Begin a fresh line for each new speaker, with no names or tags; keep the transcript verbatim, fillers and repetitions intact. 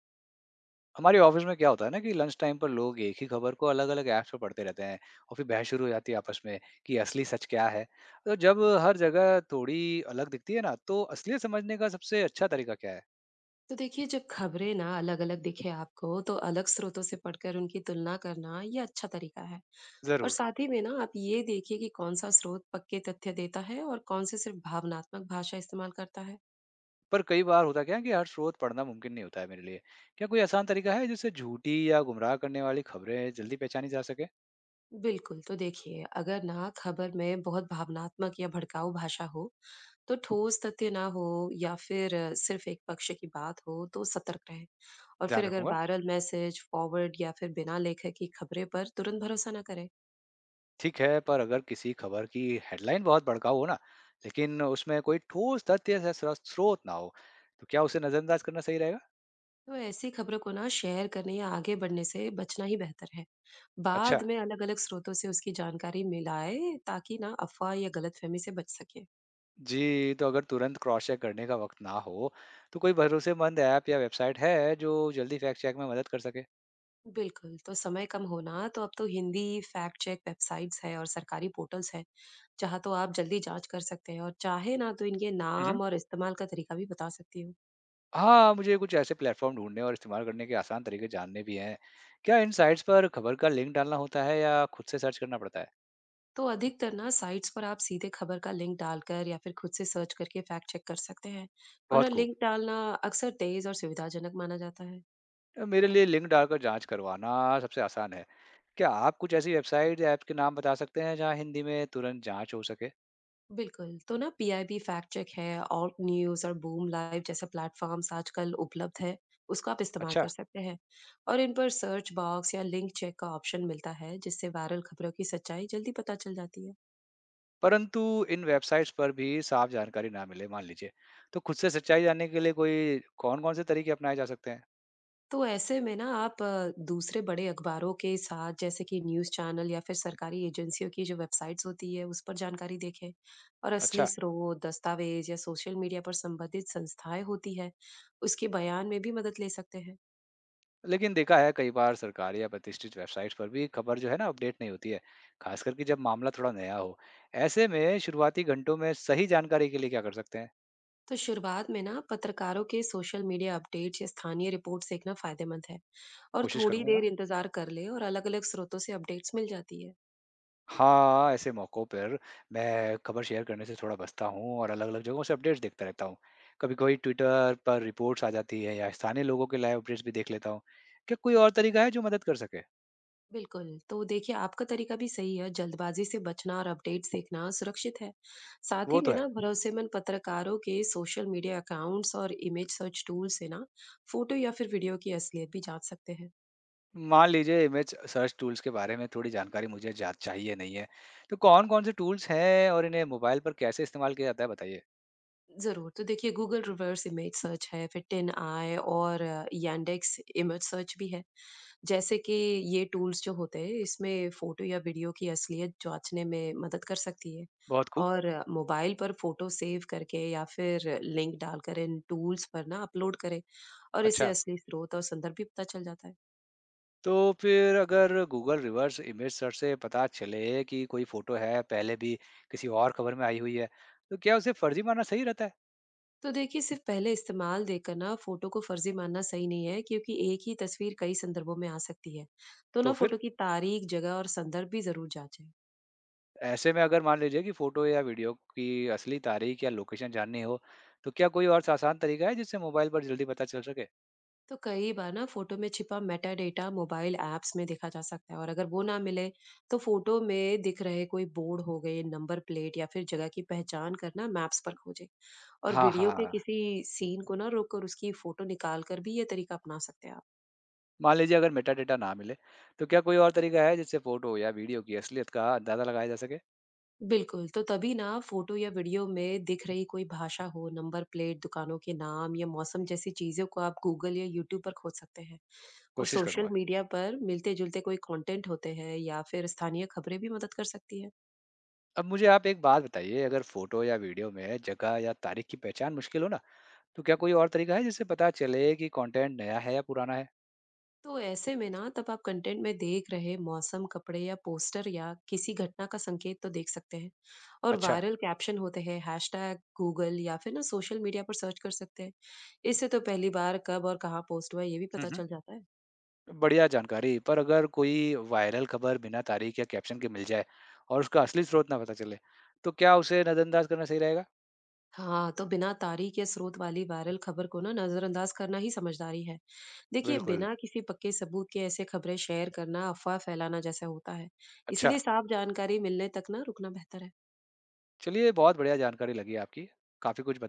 हमारे ऑफिस में क्या होता है ना कि लंच टाइम पर लोग एक ही खबर को अलग अलग ऐप्स पर पढ़ते रहते हैं। और फिर बहस शुरू हो जाती है आपस में कि असली सच क्या है। तो जब हर जगह थोड़ी अलग दिखती है ना, तो असलियत समझने का सबसे अच्छा तरीका क्या है?
तो देखिए जब खबरें ना अलग अलग दिखे आपको तो अलग स्रोतों से पढ़कर उनकी तुलना करना ये अच्छा तरीका है। और
जरूर।
साथ ही में ना आप ये देखिए कि कौन सा स्रोत पक्के तथ्य देता है और कौन से सिर्फ भावनात्मक भाषा इस्तेमाल करता है।
पर कई बार होता क्या है कि हर स्रोत पढ़ना मुमकिन नहीं होता है मेरे लिए। क्या कोई आसान तरीका है जिससे झूठी या गुमराह करने वाली खबरें जल्दी पहचानी जा सके?
बिल्कुल। तो देखिए अगर ना खबर में बहुत भावनात्मक या भड़काऊ भाषा हो, तो ठोस तथ्य ना हो या फिर अ, सिर्फ एक पक्ष की बात हो तो सतर्क रहें। और
ध्यान
फिर अगर
रखूंगा।
वायरल मैसेज फॉरवर्ड या फिर बिना लेखक की खबरें पर तुरंत भरोसा ना करें।
ठीक है, पर अगर किसी खबर की हेडलाइन बहुत भड़काऊ हो ना, लेकिन उसमें कोई ठोस तथ्य या स्रोत स्रोत ना हो, तो क्या उसे नजरअंदाज करना सही रहेगा?
तो ऐसी खबरों को ना शेयर करने या आगे बढ़ने से बचना ही बेहतर है।
अच्छा।
बाद में अलग-अलग स्रोतों से उसकी जानकारी मिलाए ताकि ना अफवाह या गलतफहमी से बच सके।
जी, तो अगर तुरंत क्रॉस चेक करने का वक़्त ना हो, तो कोई भरोसेमंद ऐप या वेबसाइट है जो जल्दी फैक्ट चेक में मदद कर सके?
बिल्कुल, तो समय कम होना तो अब तो हिंदी फैक्ट चेक वेबसाइट्स है और सरकारी पोर्टल्स है, जहाँ तो आप जल्दी जांच कर सकते हैं और चाहे ना तो इनके
हुँ, हुँ।
नाम और इस्तेमाल का तरीका भी बता सकती हूँ।
हाँ, मुझे कुछ ऐसे प्लेटफ़ॉर्म ढूँढने और इस्तेमाल करने के आसान तरीके जानने भी हैं। क्या इन साइट्स पर खबर का लिंक डालना होता है या खुद से सर्च करना पड़ता है?
तो अधिकतर ना साइट्स पर आप सीधे खबर का लिंक डालकर या फिर खुद से सर्च करके फैक्ट चेक कर सकते हैं। और ना
बहुत खूब।
लिंक डालना अक्सर तेज और सुविधाजनक माना जाता है।
अ, मेरे लिए लिंक डालकर जाँच करवाना सबसे आसान है। क्या आप कुछ ऐसी वेबसाइट या ऐप के नाम बता सकते हैं जहाँ हिंदी में तुरंत जाँच हो सके?
बिल्कुल, तो ना पीआईबी फैक्ट चेक है, ऑल्ट न्यूज़ और बूम लाइव जैसे प्लेटफॉर्म्स आजकल उपलब्ध है, उसको आप इस्तेमाल
अच्छा।
कर सकते हैं। और इन पर सर्च बॉक्स या लिंक चेक का ऑप्शन मिलता है, जिससे वायरल खबरों की सच्चाई जल्दी पता चल जाती है।
परंतु इन वेबसाइट्स पर भी साफ जानकारी ना मिले मान लीजिए, तो खुद से सच्चाई जानने के लिए कोई कौन कौन से तरीके अपनाए जा सकते हैं?
तो ऐसे में ना आप अ, दूसरे बड़े अखबारों के साथ जैसे कि न्यूज़ चैनल या फिर सरकारी एजेंसियों की जो वेबसाइट्स होती है, उस पर जानकारी देखें। और असली
अच्छा।
स्रोत, दस्तावेज या सोशल मीडिया पर संबंधित संस्थाएं होती है, उसके बयान में भी मदद ले सकते हैं।
लेकिन देखा है कई बार सरकारी या प्रतिष्ठित वेबसाइट्स पर भी खबर जो है ना अपडेट नहीं होती है, खास करके जब मामला थोड़ा नया हो। ऐसे में शुरुआती घंटों में सही जानकारी के लिए क्या कर सकते हैं?
तो शुरुआत में ना पत्रकारों के सोशल मीडिया अपडेट्स या स्थानीय रिपोर्ट देखना फायदेमंद है। और
कोशिश
थोड़ी
करूंगा।
देर इंतजार कर ले और अलग अलग स्रोतों से अपडेट्स मिल जाती है।
हाँ, ऐसे मौकों पर मैं खबर शेयर करने से थोड़ा बचता हूँ और अलग-अलग जगहों से अपडेट्स देखता रहता हूँ। कभी-कभी ट्विटर पर रिपोर्ट्स आ जाती है या स्थानीय लोगों के लाइव अपडेट्स भी देख लेता हूँ। क्या कोई और तरीका है जो मदद कर सके?
बिल्कुल। तो देखिए आपका तरीका भी सही है, जल्दबाजी से बचना और अपडेट्स देखना सुरक्षित है। साथ
वो
ही
तो
में
है।
ना भरोसेमंद पत्रकारों के सोशल मीडिया अकाउंट्स और इमेज सर्च टूल से ना फोटो या फिर वीडियो की असलियत भी जांच सकते हैं।
मान लीजिए, इमेज सर्च टूल्स के बारे में थोड़ी जानकारी मुझे जा चाहिए नहीं है। तो कौन-कौन से टूल्स हैं और इन्हें मोबाइल पर कैसे इस्तेमाल किया जाता है बताइए?
ज़रूर, तो देखिए गूगल रिवर्स इमेज सर्च है, फिर टेन आई और यैंडेक्स इमेज सर्च भी है। जैसे कि ये टूल्स जो होते हैं इसमें फ़ोटो या वीडियो की असलियत जाँचने में मदद कर सकती है।
बहुत खूब।
और अ, मोबाइल पर फ़ोटो सेव करके या फिर लिंक डालकर इन टूल्स पर ना अपलोड करें। और इससे
अच्छा।
असली स्रोत और संदर्भ भी पता चल जाता है।
तो फिर अगर गूगल रिवर्स इमेज सर्च से पता चले कि कोई फोटो है पहले भी किसी और खबर में आई हुई है, तो क्या उसे फर्जी मानना सही रहता है?
तो देखिए सिर्फ पहले इस्तेमाल देकर ना फोटो को फर्जी मानना सही नहीं है, क्योंकि एक ही तस्वीर कई संदर्भों में आ सकती है। तो
तो
ना
फिर
फोटो की तारीख, जगह और संदर्भ भी जरूर जांचें।
ऐसे में अगर मान लीजिए कि फोटो या वीडियो की असली तारीख या लोकेशन जाननी हो, तो क्या कोई और आसान तरीका है जिससे मोबाइल पर जल्दी पता चल सके?
तो कई बार ना फोटो में छिपा मेटा डेटा मोबाइल ऐप्स में देखा जा सकता है, और अगर वो ना मिले तो फोटो में दिख रहे कोई बोर्ड हो गए, नंबर प्लेट या फिर जगह की पहचान करना मैप्स पर खोजें। और
हाँ
वीडियो के
हाँ।
किसी सीन को ना रोककर उसकी फोटो निकाल कर भी ये तरीका अपना सकते हैं आप।
मान लीजिए अगर मेटा डेटा ना मिले, तो क्या कोई और तरीका है जिससे फोटो या वीडियो की असलियत का अंदाजा लगाया जा सके?
बिल्कुल, तो तभी ना फ़ोटो या वीडियो में दिख रही कोई भाषा हो, नंबर प्लेट, दुकानों के नाम या मौसम जैसी चीज़ों को आप गूगल या यूट्यूब पर खोज सकते हैं। और
कोशिश
सोशल
करूंगा।
मीडिया पर मिलते-जुलते कोई कंटेंट होते हैं या फिर स्थानीय खबरें भी मदद कर सकती हैं।
अब मुझे आप एक बात बताइए, अगर फोटो या वीडियो में जगह या तारीख की पहचान मुश्किल हो ना, तो क्या कोई और तरीका है जिससे पता चले कि कंटेंट नया है या पुराना है?
तो ऐसे में ना तब आप कंटेंट में देख रहे मौसम, कपड़े या पोस्टर या किसी घटना का संकेत तो देख सकते हैं। और
अच्छा।
वायरल कैप्शन होते हैं, हैशटैग गूगल या फिर ना सोशल मीडिया पर सर्च कर सकते हैं। इससे तो पहली बार कब और कहाँ पोस्ट हुआ है, ये भी
हम्म
पता
हम्म।
चल जाता है।
बढ़िया जानकारी। पर अगर कोई वायरल खबर बिना तारीख या कैप्शन के मिल जाए और उसका असली स्रोत ना पता चले, तो क्या उसे नजरअंदाज करना सही रहेगा?
हाँ, तो बिना तारीख या स्रोत वाली वायरल खबर को ना नजरअंदाज करना ही समझदारी है। देखिए
बिल्कुल।
बिना किसी पक्के सबूत के ऐसे खबरें शेयर करना अफवाह फैलाना जैसा होता है।
अच्छा।
इसलिए साफ जानकारी मिलने तक ना रुकना बेहतर है।
चलिए, बहुत बढ़िया जानकारी लगी आपकी। काफी कुछ